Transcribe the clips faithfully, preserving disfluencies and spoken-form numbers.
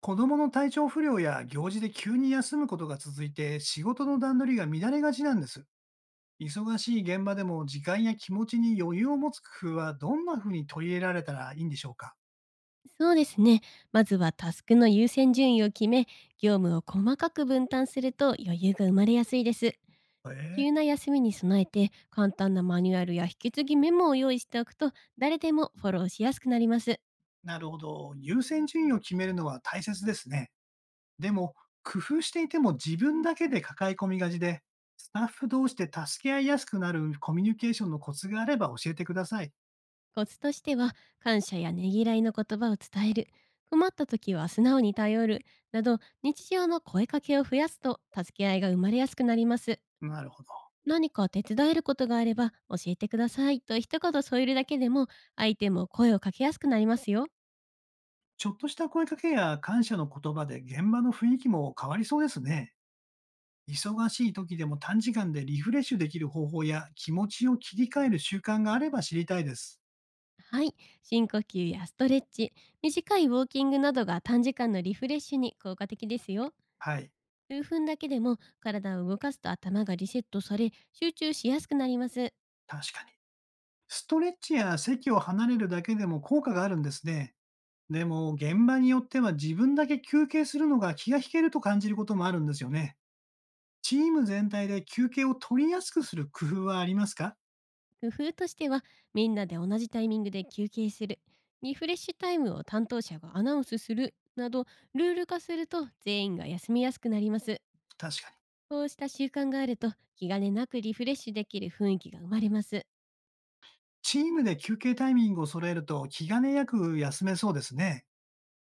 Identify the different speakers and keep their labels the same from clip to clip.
Speaker 1: 子供の体調不良や行事で急に休むことが続いて、仕事の段取りが乱れがちなんです。忙しい現場でも時間や気持ちに余裕を持つ工夫は、どんなふうに取り入れられたらいいんでしょうか？
Speaker 2: そうですね。まずはタスクの優先順位を決め、業務を細かく分担すると余裕が生まれやすいです。
Speaker 1: ええ。
Speaker 2: 急な休みに備えて、簡単なマニュアルや引き継ぎメモを用意しておくと、誰でもフォローしやすくなります。
Speaker 1: なるほど。優先順位を決めるのは大切ですね。でも、工夫していても自分だけで抱え込みがちで、スタッフ同士で助け合いやすくなるコミュニケーションのコツがあれば教えてください。
Speaker 2: コツとしては、感謝やねぎらいの言葉を伝える、困った時は素直に頼る、など、日常の声かけを増やすと、助け合いが生まれやすくなります。
Speaker 1: なるほど。
Speaker 2: 何か手伝えることがあれば教えてくださいと一言添えるだけでも相手も声をかけやすくなりますよ。
Speaker 1: ちょっとした声かけや感謝の言葉で、現場の雰囲気も変わりそうですね。忙しい時でも短時間でリフレッシュできる方法や、気持ちを切り替える習慣があれば知りたいです。
Speaker 2: はい。深呼吸やストレッチ、短いウォーキングなどが短時間のリフレッシュに効果的ですよ。
Speaker 1: はい。
Speaker 2: 数分だけでも体を動かすと頭がリセットされ集中しやすくなります。
Speaker 1: 確かに。ストレッチや席を離れるだけでも効果があるんですね。でも、現場によっては自分だけ休憩するのが気が引けると感じることもあるんですよね。チーム全体で休憩を取りやすくする工夫はありますか？
Speaker 2: 工夫としては、みんなで同じタイミングで休憩する、リフレッシュタイムを担当者がアナウンスするなど、ルール化すると全員が休みやすくなります。
Speaker 1: 確かに。
Speaker 2: こうした習慣があると気兼ねなくリフレッシュできる雰囲気が生まれます。
Speaker 1: チームで休憩タイミングを揃えると、気兼ねなく休めそうですね。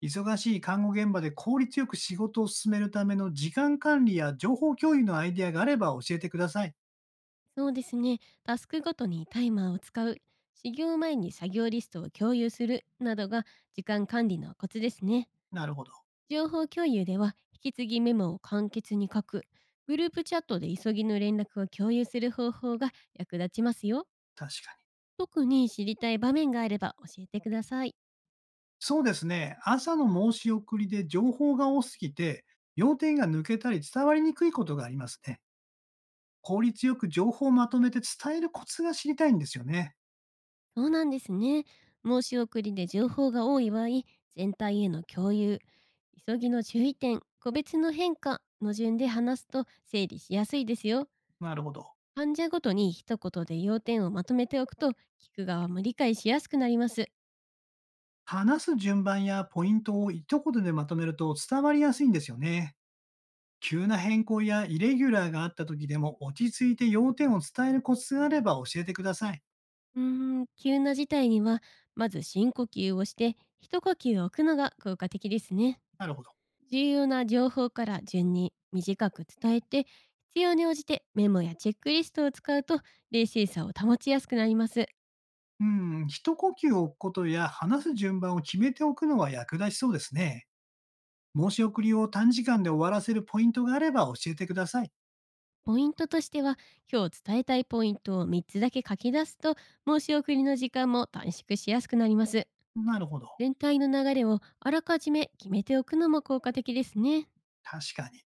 Speaker 1: 忙しい看護現場で効率よく仕事を進めるための時間管理や情報共有のアイデアがあれば教えてください。
Speaker 2: そうですね。タスクごとにタイマーを使う、始業前に作業リストを共有するなどが時間管理のコツですね。
Speaker 1: なるほど。
Speaker 2: 情報共有では引き継ぎメモを簡潔に書く、グループチャットで急ぎの連絡を共有する方法が役立ちますよ。
Speaker 1: 確かに。
Speaker 2: 特に知りたい場面があれば教えてください。
Speaker 1: そうですね。朝の申し送りで情報が多すぎて、要点が抜けたり伝わりにくいことがありますね。効率よく情報をまとめて伝えるコツが知りたいんですよね。
Speaker 2: そうなんですね。申し送りで情報が多い場合、全体への共有、急ぎの注意点、個別の変化の順で話すと整理しやすいですよ。
Speaker 1: なるほど。
Speaker 2: 患者ごとに一言で要点をまとめておくと、聞く側も理解しやすくなります。
Speaker 1: 話す順番やポイントを一言でまとめると、伝わりやすいんですよね。急な変更やイレギュラーがあった時でも、落ち着いて要点を伝えるコツがあれば教えてください。
Speaker 2: うーん、急な事態には、まず深呼吸をして、一呼吸を置くのが効果的ですね。
Speaker 1: なるほど。
Speaker 2: 重要な情報から順に短く伝えて、必要に応じてメモやチェックリストを使うと、冷静さを保ちやすくなります。
Speaker 1: うん、一呼吸置くことや話す順番を決めておくのは役立ちそうですね。申し送りを短時間で終わらせるポイントがあれば教えてください。
Speaker 2: ポイントとしては、今日伝えたいポイントをみっつだけ書き出すと、申し送りの時間も短縮しやすくなります。
Speaker 1: なるほど。
Speaker 2: 全体の流れをあらかじめ決めておくのも効果的ですね。
Speaker 1: 確かに。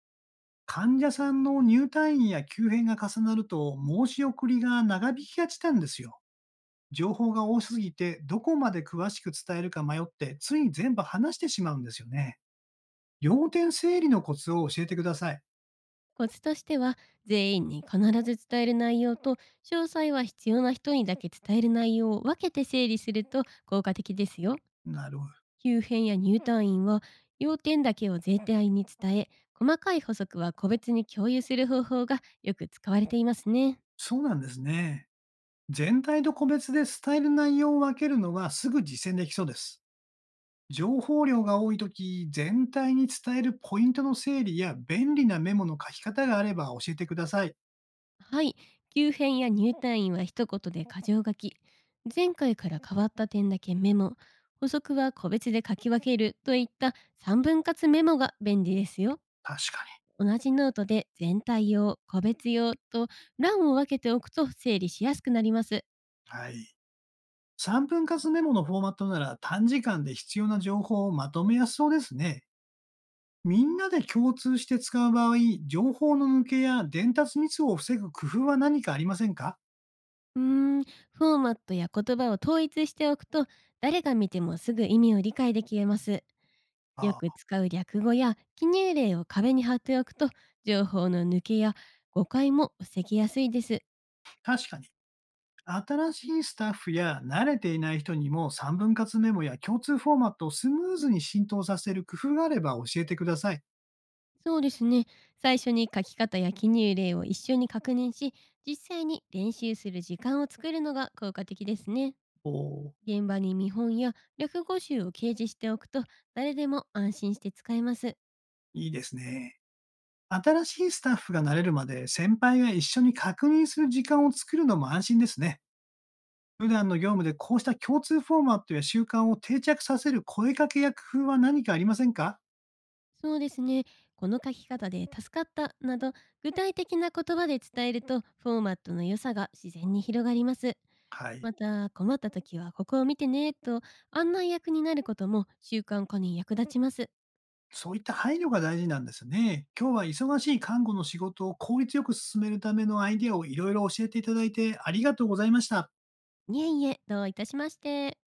Speaker 1: 患者さんの入退院や急変が重なると、申し送りが長引きがちなんですよ。情報が多すぎて、どこまで詳しく伝えるか迷って、つい全部話してしまうんですよね。要点整理のコツを教えてください。
Speaker 2: コツとしては、全員に必ず伝える内容と、詳細は必要な人にだけ伝える内容を分けて整理すると効果的ですよ。
Speaker 1: なるほど。
Speaker 2: 急変や入退院は要点だけを全体に伝え、細かい補足は個別に共有する方法がよく使われていますね。
Speaker 1: そうなんですね。全体と個別で伝える内容を分けるのは、すぐ実践できそうです。情報量が多いとき、全体に伝えるポイントの整理や便利なメモの書き方があれば教えてください。
Speaker 2: はい。急変や入退院は一言で箇条書き。前回から変わった点だけメモ。補足は個別で書き分けるといったさんぶん割メモが便利ですよ。
Speaker 1: 確か
Speaker 2: 同じノートで全体用、個別用と欄を分けておくと整理しやすくなります。
Speaker 1: に。はい。さんぶん割メモのフォーマットなら、短時間で必要な情報をまとめやすそうですね。みんなで共通して使う場合、情報の抜けや伝達ミスを防ぐ工夫は何かありませんか？
Speaker 2: うーん、フォーマットや言葉を統一しておくと、誰が見てもすぐ意味を理解できます。よ
Speaker 1: あ
Speaker 2: く
Speaker 1: あ、
Speaker 2: 使う略語や記入例を壁に貼っておくと、情報の抜けや誤解も防ぎやすいです。
Speaker 1: 確かに。新しいスタッフや慣れていない人にも、さんぶんかつメモや共通フォーマットをスムーズに浸透させる工夫があれば教えてください。
Speaker 2: そうですね。最初に書き方や記入例を一緒に確認し、実際に練習する時間を作るのが効果的ですね。
Speaker 1: おー、
Speaker 2: 現場に見本や略語集を掲示しておくと、誰でも安心して使えます。
Speaker 1: いいですね。新しいスタッフが慣れるまで、先輩が一緒に確認する時間を作るのも安心ですね。普段の業務でこうした共通フォーマットや習慣を定着させる声かけや工夫は何かありませんか？
Speaker 2: そうですね。この書き方で助かったなど、具体的な言葉で伝えるとフォーマットの良さが自然に広がります。
Speaker 1: はい。
Speaker 2: また困った時はここを見てねと、案内役になることも習慣化に役立ちます。
Speaker 1: そういった配慮が大事なんですね。今日は忙しい看護の仕事を効率よく進めるためのアイデアをいろいろ教えていただいて、ありがとうございました。
Speaker 2: いえいえ、どういたしまして。